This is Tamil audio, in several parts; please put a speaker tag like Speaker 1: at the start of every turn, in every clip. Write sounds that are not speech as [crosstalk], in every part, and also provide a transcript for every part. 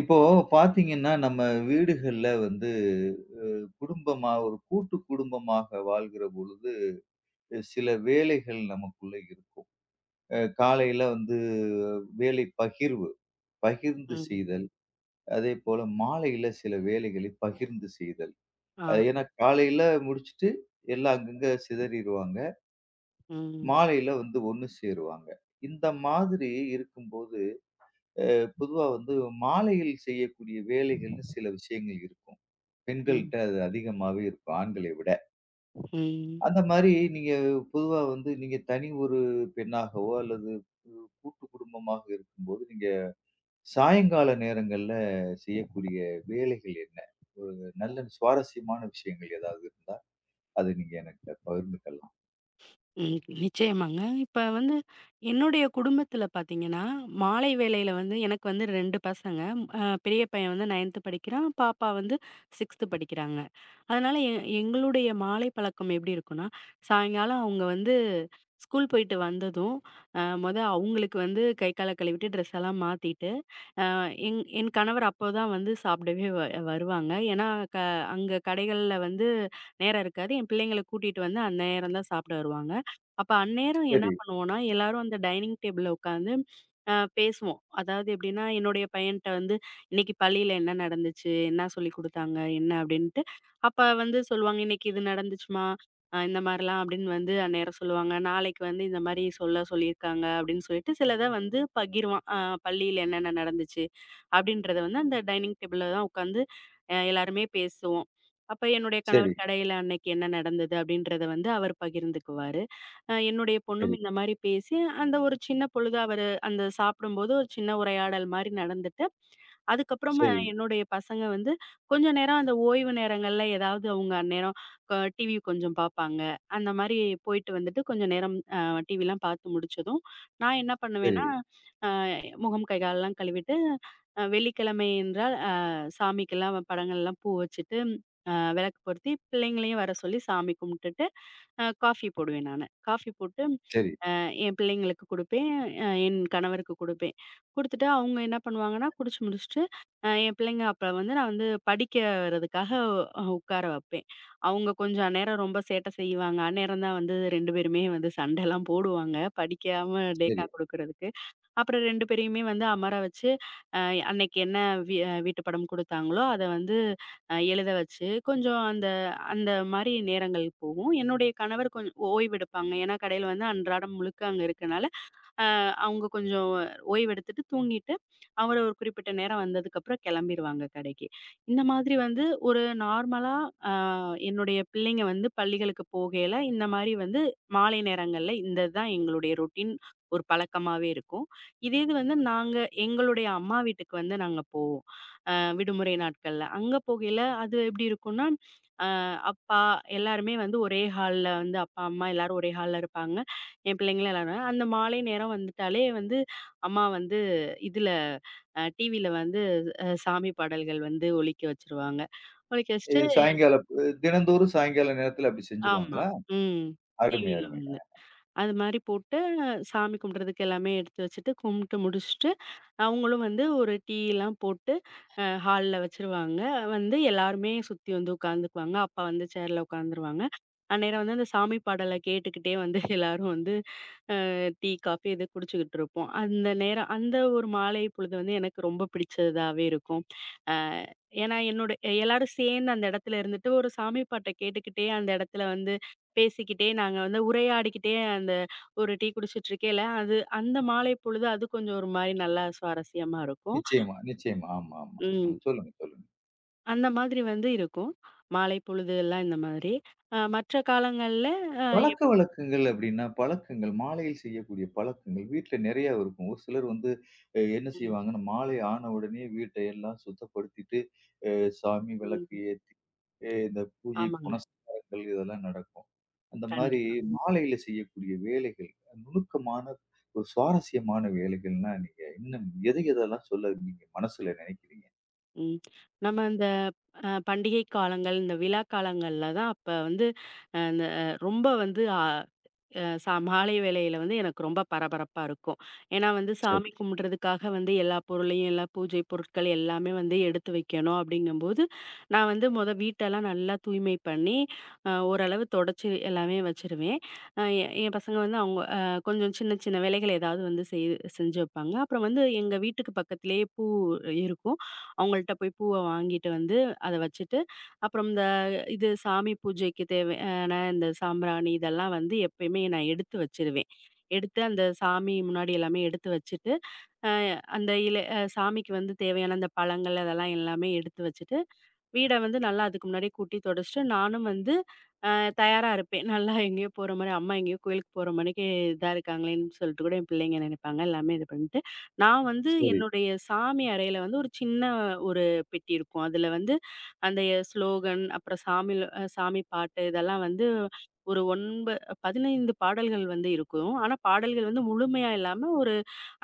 Speaker 1: இப்போ பார்த்தீங்கன்னா, நம்ம வீடுகள்ல வந்து அ குடும்பமா ஒரு கூட்டு குடும்பமாக வாழ்கிற பொழுது, சில வேலைகள் நமக்குள்ள இருக்கும். காலையில வந்து வேலை பகிர்வு, பகிர்ந்து
Speaker 2: ம்.
Speaker 1: செய்தல். அதேபோல மாலையில சில வேலைகளை பகிர்ந்து செய்தல்.
Speaker 2: ஆ.
Speaker 1: அது ஏன்னா காலையில முடிச்சுட்டு எல்லாம் அங்கங்க சிதறிருவாங்க.
Speaker 2: ம்.
Speaker 1: மாலையில வந்து ஒண்ணு சேருவாங்க. இந்த மாதிரி இருக்கும்போது, அ பொதுவா வந்து மாலையில் செய்யக்கூடிய வேலைகள்னு சில விஷயங்கள் இருக்கும்.
Speaker 2: ம்.
Speaker 1: பெண்கள்ட்ட அது அதிகமாவே இருக்கும். ஆண்களை விட.
Speaker 2: ம்.
Speaker 1: அந்த மாரி நீங்க பொதுவா வந்து நீங்க தனி ஒரு பெண்ணாகவோ, அல்லது கூட்டு குடும்பமாக இருக்கும்போது, நீங்க சாயங்கால நேரங்கள்ல செய்யக்கூடிய வேலைகள் என்ன? ஒரு நல்ல சுவாரஸ்யமான விஷயங்கள் ஏதாவது இருந்தா, அதை நீங்க எனக்கு பகிர்ந்துக்கலாம்.
Speaker 2: ம். நிச்சயமாங்க. இப்ப வந்து என்னுடைய குடும்பத்தில பார்த்தீங்கன்னா, மாலை வேளையில வந்து எனக்கு வந்து 2 பசங்க. பெரிய பையன் வந்து 9த் படிக்கிறான். பாப்பா வந்து 6த் படிக்கிறாங்க. அதனால எங்களுடைய மாலை பழக்கம் எப்படி இருக்கும்னா, சாயங்காலம் அவங்க வந்து ஸ்கூல் போயிட்டு வந்ததும், மொத அவங்களுக்கு வந்து கை, கால கழுவிட்டு ட்ரெஸ் எல்லாம் மாத்திட்டு என் என் கணவர் அப்போதான் வந்து சாப்பிடவே வருவாங்க. ஏன்னா, க அங்க கடைகள்ல வந்து நேரம் இருக்காது. என் பிள்ளைங்கள கூட்டிட்டு வந்து அந்நேரம் தான் சாப்பிட வருவாங்க. அப்ப அந்நேரம் என்ன
Speaker 1: சரி,
Speaker 2: பண்ணுவோம்னா, எல்லாரும் அந்த டைனிங் டேபிள்ல உட்காந்து பேசுவோம். அதாவது எப்படின்னா, என்னுடைய பையன்ட்ட வந்து "இன்னைக்கு பள்ளியில என்ன நடந்துச்சு? என்ன சொல்லிக் குடுத்தாங்க? என்ன?" அப்படின்ட்டு. அப்ப வந்து சொல்லுவாங்க, "இன்னைக்கு இது நடந்துச்சுமா, இந்த மாரிலாம்" அப்படின்னு வந்து அந்நேரம் சொல்லுவாங்க. "நாளைக்கு வந்து இந்த மாரி சொல்ல சொல்லியிருக்காங்க" அப்படின்னு சொல்லிட்டு சிலத வந்து பகிருவான். "பள்ளியில என்னென்ன நடந்துச்சு?" அப்படின்றத வந்து அந்த டைனிங் டேபிள்ல தான் உட்காந்து எல்லாருமே பேசுவோம். அப்ப என்னுடைய
Speaker 1: சரி,
Speaker 2: கணவர் கடையில அன்னைக்கு என்ன நடந்தது அப்படின்றத வந்து அவர் பகிர்ந்துக்குவாரு. என்னுடைய பொண்ணும்
Speaker 1: சரி,
Speaker 2: இந்த மாரி பேசி அந்த ஒரு சின்ன பொழுது அவரு அந்த சாப்பிடும்போது ஒரு சின்ன உரையாடல் மாரி நடந்துட்டு, அதுக்கப்புறமா
Speaker 1: சரி,
Speaker 2: என்னுடைய பசங்க வந்து கொஞ்ச நேரம் அந்த ஓய்வு நேரங்கள்ல ஏதாவது அவங்க அந்நேரம் டிவி கொஞ்சம் பார்ப்பாங்க. அந்த மாரி போயிட்டு வந்துட்டு கொஞ்ச நேரம் டிவிலாம் பார்த்து முடிச்சதும், நான் என்ன
Speaker 1: சரி,
Speaker 2: பண்ணுவேன்னா, அ முகம், கை, கால்லாம் கழுவிட்டு வெள்ளிக்கிழமை என்றால், சாமிக்கெல்லாம் படங்கள்லாம் பூ வச்சுட்டு, விளக்கு பொருத்தி, பிள்ளைங்களையும் வர சொல்லி சாமி கும்பிட்டுட்டு, காஃபி போடுவேன் நானு. காஃபி போட்டு
Speaker 1: சரி,
Speaker 2: அ என் பிள்ளைங்களுக்கு குடுப்பேன். என் கணவருக்கு குடுப்பேன். குடுத்துட்டு அவங்க என்ன பண்ணுவாங்கன்னா, குடிச்சு முடிச்சுட்டு, என் பிள்ளைங்க அப்ப வந்து நான் வந்து படிக்கிறதுக்காக உட்கார வைப்பேன். அவங்க கொஞ்சம் அந்நேரம் ரொம்ப சேட்டை செய்வாங்க. அந்நேரம் தான் வந்து 2 பேருமே வந்து சண்டைலாம் போடுவாங்க, படிக்காம டேக்கா
Speaker 1: சரி.
Speaker 2: குடுக்குறதுக்கு. அப்புறம் 2 பேரையுமே வந்து அமர வச்சு, அ அன்னைக்கு என்ன வீ வீட்டு படம் குடுத்தாங்களோ, அத வந்து எழுத வச்சு, கொஞ்சம் அந்த அந்த மாரி நேரங்கள் போகும். என்னுடைய கணவர் கொஞ்சம் ஓய்வெடுப்பாங்க. ஏன்னா, கடையில வந்து அன்றாடம் முழுக்க அங்க இருக்கனால, அவங்க கொஞ்சம் ஓய்வெடுத்துட்டு தூங்கிட்டு, அவரு ஒரு குறிப்பிட்ட நேரம் வந்ததுக்கப்புறம் கெளம்பிருவாங்க கடைக்கு. இந்த மாதிரி வந்து ஒரு நார்மலா அ என்னுடைய பிள்ளைங்க வந்து பள்ளிகளுக்கு போகையில, இந்த மாரி வந்து மாலை நேரங்கள்ல இந்த இதுதான் எங்களுடைய ரொட்டீன் ஒரு பழக்கமாவே இருக்கும். இதே இது வந்து நாங்க எங்களுடைய அம்மா வீட்டுக்கு வந்து நாங்க போவோம். அ விடுமுறை நாட்கள்ல. அங்க போகையில அது எப்படி இருக்கும்னா, அப்பா எல்லாருமே வந்து ஒரே ஹால்ல வந்து அப்பா, அம்மா எல்லாரும் ஒரே ஹால்ல இருப்பாங்க. என் பிள்ளைங்களும் எல்லாரும். அந்த மாலை நேரம் வந்துட்டாலே வந்து அம்மா வந்து இதுல டிவில வந்து சாமி பாடல்கள் வந்து ஒலிக்க வச்சுருவாங்க. ஒலிக்க வச்சுட்டு.
Speaker 1: இது சாயங்காலம் தினந்தோறும் சாயங்கால நேரத்தில அப்படி
Speaker 2: ஆமா.
Speaker 1: செஞ்சுருவாங்களா?
Speaker 2: ம்.
Speaker 1: அருமை,
Speaker 2: டிவில
Speaker 1: அருமை.
Speaker 2: வந்து. அது மாரி போட்டு, சாமி கும்பிடுறதுக்கு எல்லாமே எடுத்து வச்சுட்டு, கும்பிட்டு முடிச்சுட்டு, அவங்களும் வந்து ஒரு டீலாம் போட்டு, ஹால்ல வச்சுருவாங்க. வந்து எல்லாருமே சுத்தி வந்து உட்காந்துக்குவாங்க. அப்பா வந்து சேர்ல உட்காந்துருவாங்க. அந்நேரம் வந்து அந்த சாமி பாடல கேட்டுக்கிட்டே வந்து எல்லாரும் வந்து டீ, காஃபி இது குடிச்சுக்கிட்டு இருப்போம். அந்த நேரம் அந்த ஒரு மாலை பொழுது வந்து எனக்கு ரொம்ப பிடிச்சதாவே இருக்கும். அ ஏன்னா என்னோட எல்லாரும் சேர்ந்து அந்த இடத்துல இருந்துட்டு ஒரு சாமி பாட்ட கேட்டுக்கிட்டே அந்த இடத்துல வந்து பேசிக்கிட்டே நாங்க வந்து உரையாடிக்கிட்டே அந்த ஒரு டீ குடிச்சிட்டு இருக்கையில, அது அந்த மாலை பொழுது அது கொஞ்சம் ஒரு மாரி நல்லா சுவாரஸ்யமா இருக்கும்.
Speaker 1: நிச்சயமா, நிச்சயமா. ஆமா, ஆமா.
Speaker 2: ம்.
Speaker 1: ம். சொல்லுங்க, சொல்லுங்க.
Speaker 2: அந்த மாதிரி வந்து இருக்கும். மாலை பொழுது எல்லாம் இந்த மாதிரி. மற்ற காலங்கள்ல அ எப்
Speaker 1: பழக்கவழக்கங்கள் அப்படின்னா, பழக்கங்கள் மாலையில் செய்யக்கூடிய பழக்கங்கள் வீட்ல நிறைய இருக்கும். ஒரு சிலர் வந்து என்ன
Speaker 2: ம்.
Speaker 1: செய்வாங்கன்னா, மாலை ஆன உடனே வீட்ட எல்லாம் சுத்தப்படுத்திட்டு, அ சாமி விளக்கு
Speaker 2: ம்.
Speaker 1: ஏத்தி, இந்த பூஜை
Speaker 2: ஆமாங்க.
Speaker 1: புனஸ்காரங்கள் இதெல்லாம் நடக்கும். அந்த மாரி
Speaker 2: கண்டிப்பா.
Speaker 1: மாலையில செய்யக்கூடிய வேலைகள், நுணுக்கமான ஒரு சுவாரஸ்யமான வேலைகள்னா, நீங்க இன்னும் எது எதெல்லாம் சொல்ல நீங்க மனசுல நினைக்கிறீங்க?
Speaker 2: ம். நம்ம இந்த பண்டிகை காலங்கள், இந்த விழா காலங்கள்ல தான் அப்ப வந்து, அந்த ரொம்ப வந்து அ அ சா மாலை வேளையில வந்து எனக்கு ரொம்ப பரபரப்பா இருக்கும். ஏன்னா வந்து சாமி
Speaker 1: சரி,
Speaker 2: கும்பிடுறதுக்காக வந்து எல்லா பொருளையும், எல்லா பூஜை பொருட்கள் எல்லாமே வந்து எடுத்து வைக்கணும் அப்படிங்கும்போது, நான் வந்து மொத வீட்டெல்லாம் நல்லா தூய்மை பண்ணி, ஓரளவு தொடச்சு எல்லாமே வச்சுருவேன். அ எ என் பசங்க வந்து அவங்க கொஞ்சம் சின்ன சின்ன வேலைகள் ஏதாவது வந்து செஞ்சு வைப்பாங்க. அப்புறம் வந்து எங்க வீட்டுக்கு பக்கத்திலேயே பூ இருக்கும். அவங்கள்ட்ட போய் பூவ வாங்கிட்டு வந்து அத வச்சுட்டு, அப்புறம் இந்த இது சாமி பூஜைக்கு தேவை ஆனா, இந்த சாம்பிராணி இதெல்லாம் வந்து எப்பயுமே நான் எடுத்து வச்சுருவேன். எடுத்து அந்த சாமி முன்னாடி எல்லாமே எடுத்து வச்சுட்டு, அ அந்த சாமிக்கு வந்து தேவையான அந்த பழங்கள் அதெல்லாம் எல்லாமே எடுத்து வச்சுட்டு, வீட வந்து நல்லா அதுக்கு முன்னாடி கூட்டி தொடச்சுட்டு, நானும் வந்து அ தயாரா இருப்பேன். நல்லா எங்கேயோ போற மாரி, அம்மா எங்கேயோ கோயிலுக்கு போற மாரிக்கு இதா இருக்காங்களேன்னு சொல்லிட்டு கூட என் பிள்ளைங்க நினைப்பாங்க. எல்லாமே இது பண்ணிட்டு, நான் வந்து
Speaker 1: சரி.
Speaker 2: என்னுடைய சாமி அறையில வந்து ஒரு சின்ன ஒரு பெட்டி இருக்கும். அதுல வந்து அந்த ஸ்லோகன், அப்புறம் சாமில சாமி பாட்டு இதெல்லாம் வந்து ஒரு 15 பாடல்கள் வந்து இருக்கும். ஆனா, பாடல்கள் வந்து முழுமையா இல்லாம ஒரு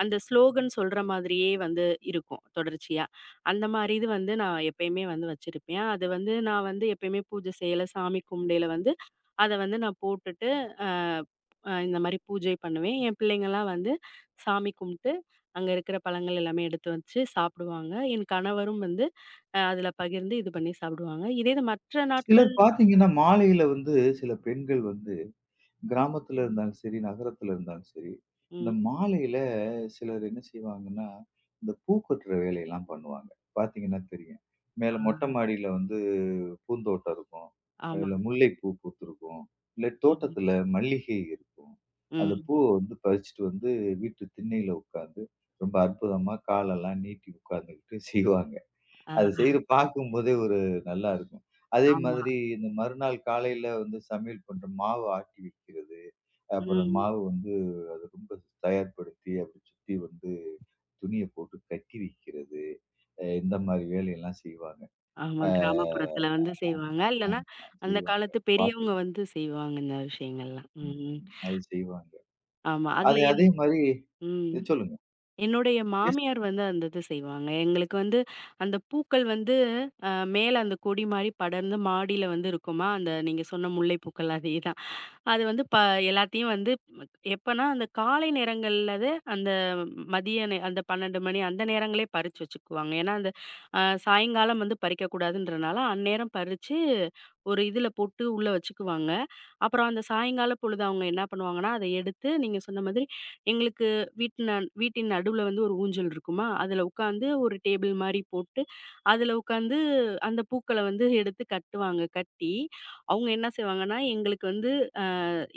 Speaker 2: அந்த ஸ்லோகன் சொல்ற மாதிரியே வந்து இருக்கும் தொடர்ச்சியா. அந்த மாரி இது வந்து நான் எப்பயுமே வந்து வச்சிருப்பேன். அது வந்து நான் வந்து எப்பயுமே பூஜை செய்யல, சாமி கும்பிடையில வந்து அத வந்து நான் போட்டுட்டு, அ அ இந்த மாரி பூஜை பண்ணுவேன். என் பிள்ளைங்கலாம் வந்து சாமி கும்பிட்டு, அங்க இருக்கிற பழங்கள் எல்லாமே எடுத்து வச்சு சாப்பிடுவாங்க. என் கணவரும் வந்து அதில பகிர்ந்து இது பண்ணி சாப்பிடுவாங்க. இதே இது மற்ற
Speaker 1: சிலர்
Speaker 2: நாட்கள்.
Speaker 1: பார்த்தீங்கன்னா, மாலையில வந்து சில பெண்கள் வந்து கிராமத்துல இருந்தாலும் சரி, நகரத்துல இருந்தாலும் சரி, இந்த
Speaker 2: ம்.
Speaker 1: மாலையில சிலர் என்ன செய்வாங்கன்னா, இந்த பூ கொட்டுற வேலையெல்லாம் பண்ணுவாங்க. பார்த்தீங்கன்னா தெரியும். மேல
Speaker 2: ஆ
Speaker 1: மொட்டை மாடியில வந்து பூந்தோட்டம் இருக்கும்.
Speaker 2: ஆமா.
Speaker 1: அதுல முல்லைப்பூ பூத்திருக்கும். இல்ல
Speaker 2: ம்.
Speaker 1: தோட்டத்துல மல்லிகை இருக்கும். அந்த பூவ
Speaker 2: ம்.
Speaker 1: வந்து பறிச்சுட்டு வந்து வீட்டு திண்ணையில உட்கார்ந்து, ரொம்ப அற்புதமா காலெல்லாம் நீட்டி உட்கார்ந்துகிட்டு [laughs] செய்வாங்க.
Speaker 2: ஆ
Speaker 1: அது செய்து பார்க்கும்போதே ஒரு நல்லா இருக்கும். அதே
Speaker 2: ஆமா.
Speaker 1: மாதிரி இந்த மறுநாள் காலையில வந்து சமையல் பண்ற மாவு ஆட்டி வைக்கிறது. அப்புறம்
Speaker 2: ம்.
Speaker 1: மாவு வந்து அது ரொம்ப தயார்படுத்தி அப்படி சுத்தி வந்து துணிய போட்டு கட்டி வைக்கிறது. இந்த மாரி வேலையெல்லாம் செய்வாங்க.
Speaker 2: ஆமா.
Speaker 1: அ
Speaker 2: கிராமப்புறத்துல வந்து செய்வாங்க. இல்லன்னா,
Speaker 1: ஆமா
Speaker 2: அந்த
Speaker 1: செய்வாங்க.
Speaker 2: காலத்து பெரியவங்க
Speaker 1: பாத்திரம்
Speaker 2: வந்து செய்வாங்க இந்த விஷயங்கள்லாம்.
Speaker 1: ம்
Speaker 2: ம்.
Speaker 1: அது செய்வாங்க.
Speaker 2: ஆமா. அதுல
Speaker 1: அது அதே மாரி
Speaker 2: ம்.
Speaker 1: சொல்லுங்க.
Speaker 2: என்னுடைய
Speaker 1: பேசுங்க.
Speaker 2: மாமியார் வந்து அந்த இது செய்வாங்க. எங்களுக்கு வந்து அந்த பூக்கள் வந்து அ மேல அந்த கொடி மாரி படர்ந்து மாடியில வந்து இருக்குமா, அந்த நீங்க சொன்ன முல்லை பூக்கள் அதேதான். அது வந்து எல்லாத்தையும் வந்து எப்பன்னா, அந்த காலை நேரங்கள்லது அந்த மதிய நே அந்த 12 மணி அந்த நேரங்களே பறிச்சு வச்சுக்குவாங்க. ஏன்னா, அந்த அ சாயங்காலம் வந்து பறிக்கக்கூடாதுன்றனால, அந்நேரம் பறிச்சு ஒரு இதுல போட்டு உள்ள வச்சுக்குவாங்க. அப்புறம் அந்த சாயங்கால பொழுது அவங்க என்ன பண்ணுவாங்கன்னா, அத எடுத்து நீங்க சொன்ன மாதிரி எங்களுக்கு வீட்ல வீட்டின் நடுவுல வந்து ஒரு ஊஞ்சல் இருக்குமா, அதுல உட்காந்து ஒரு டேபிள் மாரி போட்டு, அதுல உட்காந்து அந்த பூக்கள வந்து எடுத்து கட்டுவாங்க. கட்டி, அவங்க என்ன செய்வாங்கன்னா, எங்களுக்கு வந்து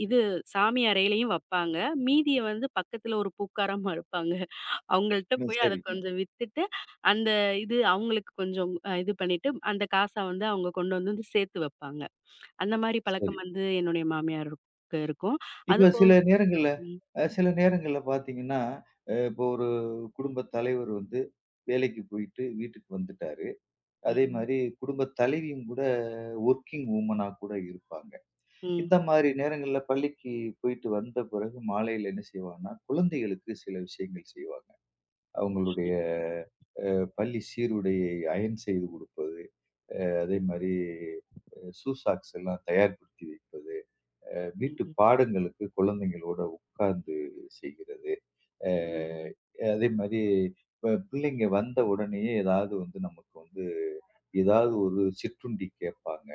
Speaker 2: இது சாமி அறையிலயும் வப்பாங்க. மீதிய வந்து பக்கத்துல ஒரு பூக்காரம்மா இருப்பாங்க. அவங்கள்ட்ட
Speaker 1: ம்
Speaker 2: போய் அத
Speaker 1: சரிங்க.
Speaker 2: கொஞ்சம் வித்துட்டு, அந்த இது அவங்களுக்கு கொஞ்சம் இது பண்ணிட்டு, அந்த காச வந்து அவங்க கொண்டு வந்து வந்து சேர்த்து வைப்பாங்க. அந்த மாரி
Speaker 1: சரி.
Speaker 2: பழக்கம் வந்து என்னுடைய மாமியாருக்கு இருக்கும்.
Speaker 1: இப்ப
Speaker 2: அதுபோக.
Speaker 1: சில நேரங்கள்ல
Speaker 2: ம்.
Speaker 1: சில நேரங்கள்ல பார்த்தீங்கன்னா, இப்போ ஒரு குடும்பத் தலைவர் வந்து வேலைக்கு போயிட்டு வீட்டுக்கு வந்துட்டாரு. அதே
Speaker 2: ம்.
Speaker 1: மாரி குடும்பத் தலைவியும் கூட வொர்க்கிங் வுமனா கூட இருப்பாங்க.
Speaker 2: ம்.
Speaker 1: இந்த மாரி நேரங்கள்ல பள்ளிக்கு போயிட்டு வந்த பிறகு மாலையில என்ன செய்வாங்கன்னா, குழந்தைகளுக்கு சில விஷயங்கள் செய்வாங்க. அவங்களுடைய அ பள்ளி சீருடையை அயர்ன் செய்து கொடுப்பது, அதே மாரி ஷூ சாக்ஸ் எல்லாம் தயார்படுத்தி வைப்பது. வீட்டு
Speaker 2: ம்.
Speaker 1: பாடங்களுக்கு குழந்தைங்களோட உட்கார்ந்து செய்கிறது. அஹ்
Speaker 2: ம்.
Speaker 1: அதே மாதிரி இப்ப பிள்ளைங்க வந்த உடனேயே ஏதாவது வந்து நமக்கு வந்து ஏதாவது ஒரு சிற்றுண்டி கேட்பாங்க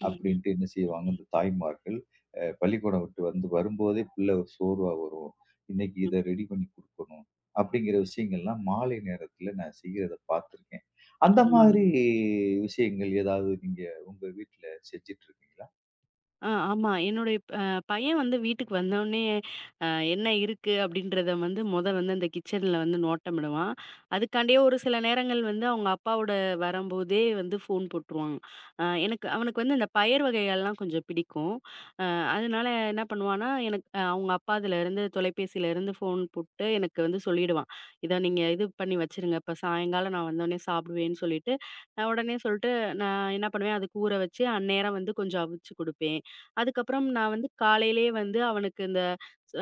Speaker 2: ம்.
Speaker 1: அப்படின்ட்டு என்ன செய்வாங்க இந்த தாய்மார்கள். பள்ளிக்கூடம் விட்டு வந்து வரும்போதே பிள்ளை ஒரு சோர்வா வரும். இன்னைக்கு
Speaker 2: ம்.
Speaker 1: இதை ரெடி பண்ணி கொடுக்கணும் அப்படிங்கிற விஷயங்கள்லாம் மாலை நேரத்துல நான் செய்யறத பார்த்துருக்கேன். அந்த
Speaker 2: ஆமாங்க.
Speaker 1: மாதிரி விஷயங்கள் ஏதாவது நீங்க உங்க வீட்டுல செஞ்சுட்டு இருக்கீங்களா?
Speaker 2: ஆமா. என்னுடைய பையன் வந்து வீட்டுக்கு வந்தோனே, அ என்ன இருக்கு அப்படின்றத வந்து மொத வந்து அந்த கிச்சன்ல வந்து நோட்டமிடுவான். அதுக்காண்டியே ஒரு சில நேரங்கள் வந்து அவங்க அப்பாவோட வரம்போதே வந்து ஃபோன் போட்டுருவாங்க. எனக்கு அவனுக்கு வந்து இந்த பயறு வகைகள்லாம் கொஞ்சம் பிடிக்கும். அ அதனால என்ன பண்ணுவான்னா, எனக்கு அவங்க அப்பா அதுலருந்து தொலைபேசியிலருந்து ஃபோன் போட்டு எனக்கு வந்து சொல்லிடுவான். இத நீங்க இது பண்ணி வச்சுருங்க. இப்ப சாயங்காலம் நான் வந்தோனே சாப்பிடுவேன்னு சொல்லிட்டு, நான் உடனே சொல்ட்டு நான் என்ன பண்ணுவேன், அதுக்கு ஊற வச்சு அந்நேரம் வந்து கொஞ்சம் அவிச்சு குடுப்பேன். அதுக்கப்புறம் நான் வந்து காலையிலேயே வந்து அவனுக்கு இந்த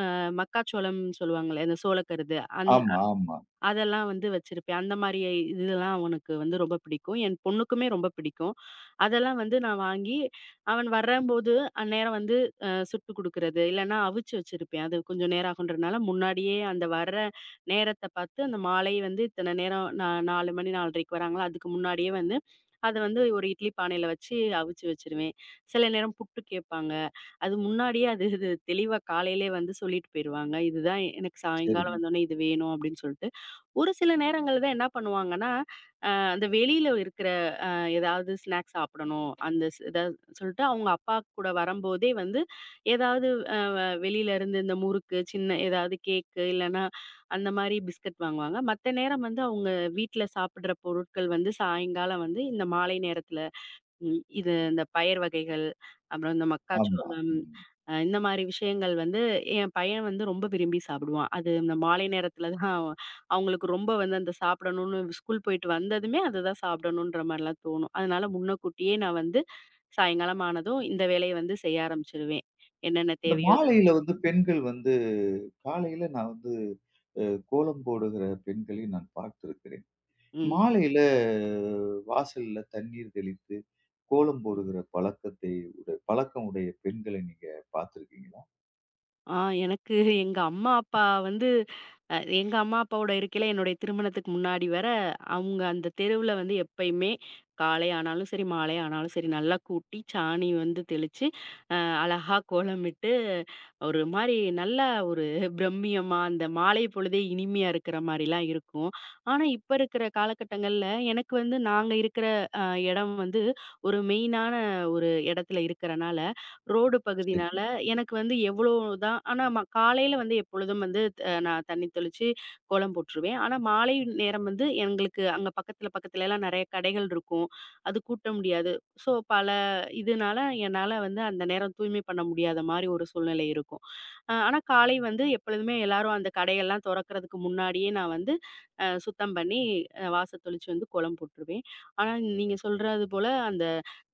Speaker 2: அ மக்காச்சோளம் சொல்லுவாங்கல்ல, இந்த சோளக்கருது.
Speaker 1: ஆமா ஆமா.
Speaker 2: அதெல்லாம் வந்து வச்சிருப்பேன். அந்த மாரி இதெல்லாம் அவனுக்கு வந்து ரொம்ப பிடிக்கும். என் பொண்ணுக்குமே ரொம்ப பிடிக்கும். அதெல்லாம் வந்து நான் வாங்கி, அவன் வரம்போது அந்நேரம் வந்து சுட்டு குடுக்குறது, இல்லன்னா அவிச்சு வச்சிருப்பேன். அது கொஞ்சம் நேரம் ஆகுன்றனால முன்னாடியே அந்த வர நேரத்த பார்த்து, அந்த மாலை வந்து இத்தன நேரம் நா 4 மணி 4:30க்கு வராங்களா, அதுக்கு முன்னாடியே வந்து அத வந்து ஒரு இட்லி பானையில வச்சு அவிச்சு வச்சுருவேன். சில நேரம் புட்டு கேட்பாங்க. அது முன்னாடியே அது இது தெளிவா காலையிலயே வந்து சொல்லிட்டு போயிருவாங்க. இதுதான் எனக்கு சாயங்காலம்
Speaker 1: சரிங்க.
Speaker 2: வந்தோனே இது வேணும் அப்படின்னு சொல்ட்டு ஒரு சில நேரங்கள்ல தான் என்ன பண்ணுவாங்கன்னா, அந்த வெளியில இருக்கிற ஏதாவது ஸ்நாக்ஸ் சாப்பிடணும். அந்த ஸ் இத சொல்லிட்டு அவங்க அப்பா கூட வரம்போதே வந்து ஏதாவது அ வ வெளியில இருந்து இந்த முறுக்கு, சின்ன ஏதாவது கேக்கு இல்லன்னா அந்த மாரி பிஸ்கட் வாங்குவாங்க. மத்த நேரம் வந்து அவங்க வீட்ல சாப்பிடுற பொருட்கள் வந்து சாயங்காலம் வந்து இந்த மாலை நேரத்துல. இது இந்த பயறு வகைகள், அப்புறம் இந்த
Speaker 1: ஆமா.
Speaker 2: மக்காச்சோளம்,
Speaker 1: ம்.
Speaker 2: இந்த மாரி விஷயங்கள் வந்து என் பையன் வந்து ரொம்ப விரும்பி சாப்பிடுவான். அது இந்த மாலை நேரத்தில தான் அவங்களுக்கு ரொம்ப வந்து அந்த சாப்பிடணும்னு ஸ்கூல் போயிட்டு வந்ததுமே அதுதான் சாப்பிடணுன்ற மாரிலாம் தோணும். அதனால முன்னக்கூட்டியே நான் வந்து சாயங்காலம் ஆனதும் இந்த வேலைய வந்து செய்ய ஆரம்பிச்சுருவேன். என்னென்ன
Speaker 1: இந்த
Speaker 2: தேவையோ அது.
Speaker 1: மாலையில வந்து பெண்கள் வந்து காலையில நான் வந்து அ கோலம் போடுகிற பெண்களை நான் பார்த்திருக்கிறேன்.
Speaker 2: ம்.
Speaker 1: மாலையில வாசல்ல தண்ணீர் தெளித்து கோலம்
Speaker 2: ம்.
Speaker 1: போடுகிற பழக்கத்தை உட பழக்கம் உடைய பெண்களை நீங்க பார்த்திருக்கீங்களா?
Speaker 2: ஆ எனக்கு எங்க அம்மா, அப்பா வந்து எங்க அம்மா, அப்பாவோட இருக்கையில என்னுடைய திருமணத்துக்கு முன்னாடி வர, அவங்க அந்த தெருவுல வந்து எப்பயுமே காலை ஆனாலும் சரி, மாலை ஆனாலும் சரி, நல்லா கூட்டி, சாணி வந்து தெளிச்சு, அ அழகா கோலமிட்டு, ஒரு மாரி நல்ல ஒரு பிரம்மியமா, அந்த மாலை பொழுதே இனிமையா இருக்கிற மாரிலாம் இருக்கும். ஆனா, இப்ப இருக்கிற காலகட்டங்கள்ல எனக்கு வந்து நாங்க இருக்கிற அ இடம் வந்து ஒரு மெயினான ஒரு இடத்துல இருக்கிறனால, ரோடு பகுதினால
Speaker 1: சரிங்க.
Speaker 2: எனக்கு வந்து எவ்வளோ தான் ஆனா காலையில வந்து எப்பொழுதும் வந்து நான் தண்ணி தெளிச்சு கோலம் போட்டுருவேன். ஆனா மாலை நேரம் வந்து எங்களுக்கு அங்க பக்கத்துல பக்கத்துலலாம் நெறைய கடைகள் இருக்கும். அது கூட்ட முடியாது. ஸோ பல இதுனால என்னால வந்து அந்த நேரம் தூய்மை பண்ண முடியாத மாரி ஒரு சூழ்நிலை இருக்கும். ஆனா காலை வந்து எப்பொழுதுமே எல்லாரும் அந்த கடையெல்லாம் தொறக்கறதுக்கு முன்னாடியே நான் வந்து சுத்தம் பண்ணி வாச தெளிச்சு வந்து கோலம் போட்டுருவேன். ஆனா நீங்க சொல்றது போல அந்த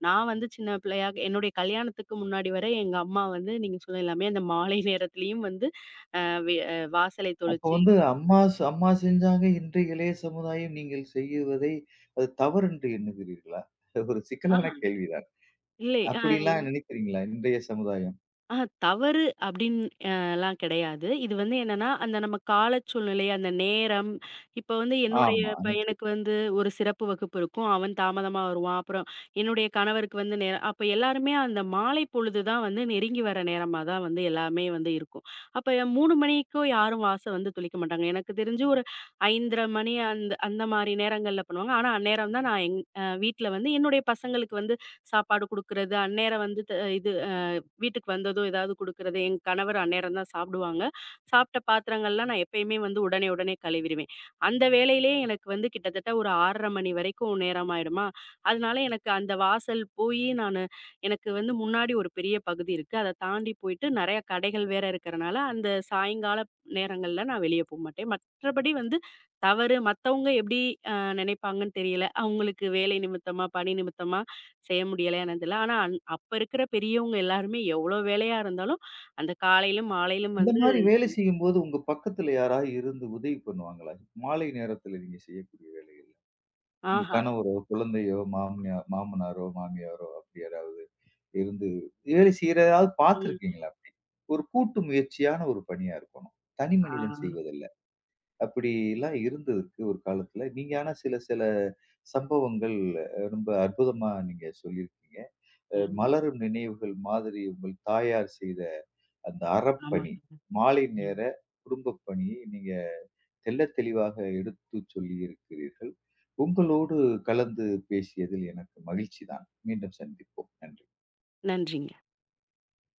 Speaker 2: நான் வந்து சின்ன பிள்ளையா என்னுடைய கல்யாணத்துக்கு முன்னாடி வரை எங்க அம்மா வந்து நீங்க சொன்ன எல்லாமே அந்த மாலை நேரத்திலயும் வந்து அ வே அ வாசலை
Speaker 1: அப்ப
Speaker 2: தொளிச்சு.
Speaker 1: வந்து அம்மா ஸ் அம்மா செஞ்சாங்க, இன்றைய இளைய சமுதாயம் நீங்கள் செய்வதை அது தவறு என்று எண்ணுகிறீர்களா? ஒரு சிக்கலான
Speaker 2: ஆஹா.
Speaker 1: கேள்விதான்.
Speaker 2: இல்லை.
Speaker 1: அப்படிலாம் நினைக்கிறீங்களா இன்றைய சமுதாயம்?
Speaker 2: ஆ தவறு அப்படின்னு அ லாம் கிடையாது. இது வந்து என்னன்னா, அந்த நம்ம கால சூழ்நிலை, அந்த நேரம், இப்ப வந்து என்னுடைய
Speaker 1: ஆமா. நிச்ச
Speaker 2: பையனுக்கு வந்து ஒரு சிறப்பு வகுப்பு இருக்கும். அவன் தாமதமா வருவான். அப்புறம் என்னுடைய கணவருக்கு வந்து நேரம் அப்ப எல்லாருமே அந்த மாலை பொழுது தான் வந்து நெருங்கி வர நேரமா தான் வந்து எல்லாமே வந்து இருக்கும். அப்ப 3 மணிக்கும் யாரும் வாச வந்து தொளிக்க மாட்டாங்க. எனக்கு தெரிஞ்சு ஒரு 5:30 மணி அந்த அந்த மாரி நேரங்கள்ல பண்ணுவாங்க. ஆனா அந்நேரம் தான் நான் எங் வீட்ல வந்து என்னுடைய பசங்களுக்கு வந்து சாப்பாடு குடுக்குறது, அந்நேரம் வந்து த இது வீட்டுக்கு வந்ததும் ஏதாவது குடுக்குறது, என் கணவர் அந்நேரம் தான் சாப்பிடுவாங்க. சாப்பிட்ட பாத்திரங்கள்லாம் நான் எப்பயுமே வந்து உடனே, உடனே கழுவிருவேன். அந்த வேலையிலயே எனக்கு வந்து கிட்டத்தட்ட ஒரு 6:30 மணி வரைக்கும் நேரம் ஆயிடுமா, அதனால எனக்கு அந்த வாசல் போயி நானு எனக்கு வந்து முன்னாடி ஒரு பெரிய பகுதி இருக்கு. அத தாண்டி போயிட்டு நெறைய கடைகள் வேற இருக்கறனால, அந்த சாயங்கால நேரங்கள்ல நான் வெளிய போமாட்டேன். மற்றபடி வந்து தவறு மத்தவங்க எப்படி அ நெனைப்பாங்கன்னு தெரியல. அவங்களுக்கு வேலை நிமித்தமா, பணி நிமித்தமா செய்ய முடியலையா என்னன்னு தெரியல. ஆனா அன் அப்ப இருக்கிற பெரியவங்க எல்லாருமே எவ்வளோ வேலையா இருந்தாலும், அந்த காலையிலும், மாலையிலும்
Speaker 1: இந்த
Speaker 2: வந்து
Speaker 1: மாரி வேலை செய்யும்போது, உங்க பக்கத்துல யாராவது இருந்து உதவி பண்ணுவாங்களா? மாலை நேரத்துல நீங்க செய்யக்கூடிய வேலைகள்ல. உங்க
Speaker 2: ஆஹா.
Speaker 1: கணவரோ, குழந்தையோ, மாமனியா மாமனாரோ, மாமியாரோ அப்படி யாராவது இருந்து வேலை செய்றதாவது
Speaker 2: ம்.
Speaker 1: பார்த்துருக்கீங்களா அப்படி? ஒரு கூட்டு முயற்சியான ஒரு பணியா இருக்கணும். தனி
Speaker 2: ஆ.
Speaker 1: மனிதன் செய்வதல்ல. அப்படிலாம் இருந்ததுக்கு ஒரு காலத்துல. நீங்க ஆனா சில சில சம்பவங்கள் ரொம்ப அற்புதமா நீங்க சொல்லியிருக்கீங்க.
Speaker 2: ம்.
Speaker 1: மலரும் நினைவுகள் மாதிரி உங்கள் தாயார் செய்த அந்த அறப்பணி,
Speaker 2: ஆமாங்க.
Speaker 1: மாலை
Speaker 2: ம்.
Speaker 1: நேர குடும்பப் பணியை நீங்க தெள்ளத் தெளிவாக எடுத்துச் சொல்லியிருக்கிறீர்கள். உங்களோடு கலந்து பேசியதில் எனக்கு மகிழ்ச்சி தான். மீண்டும் சந்திப்போம். நன்றி.
Speaker 2: நன்றிங்க.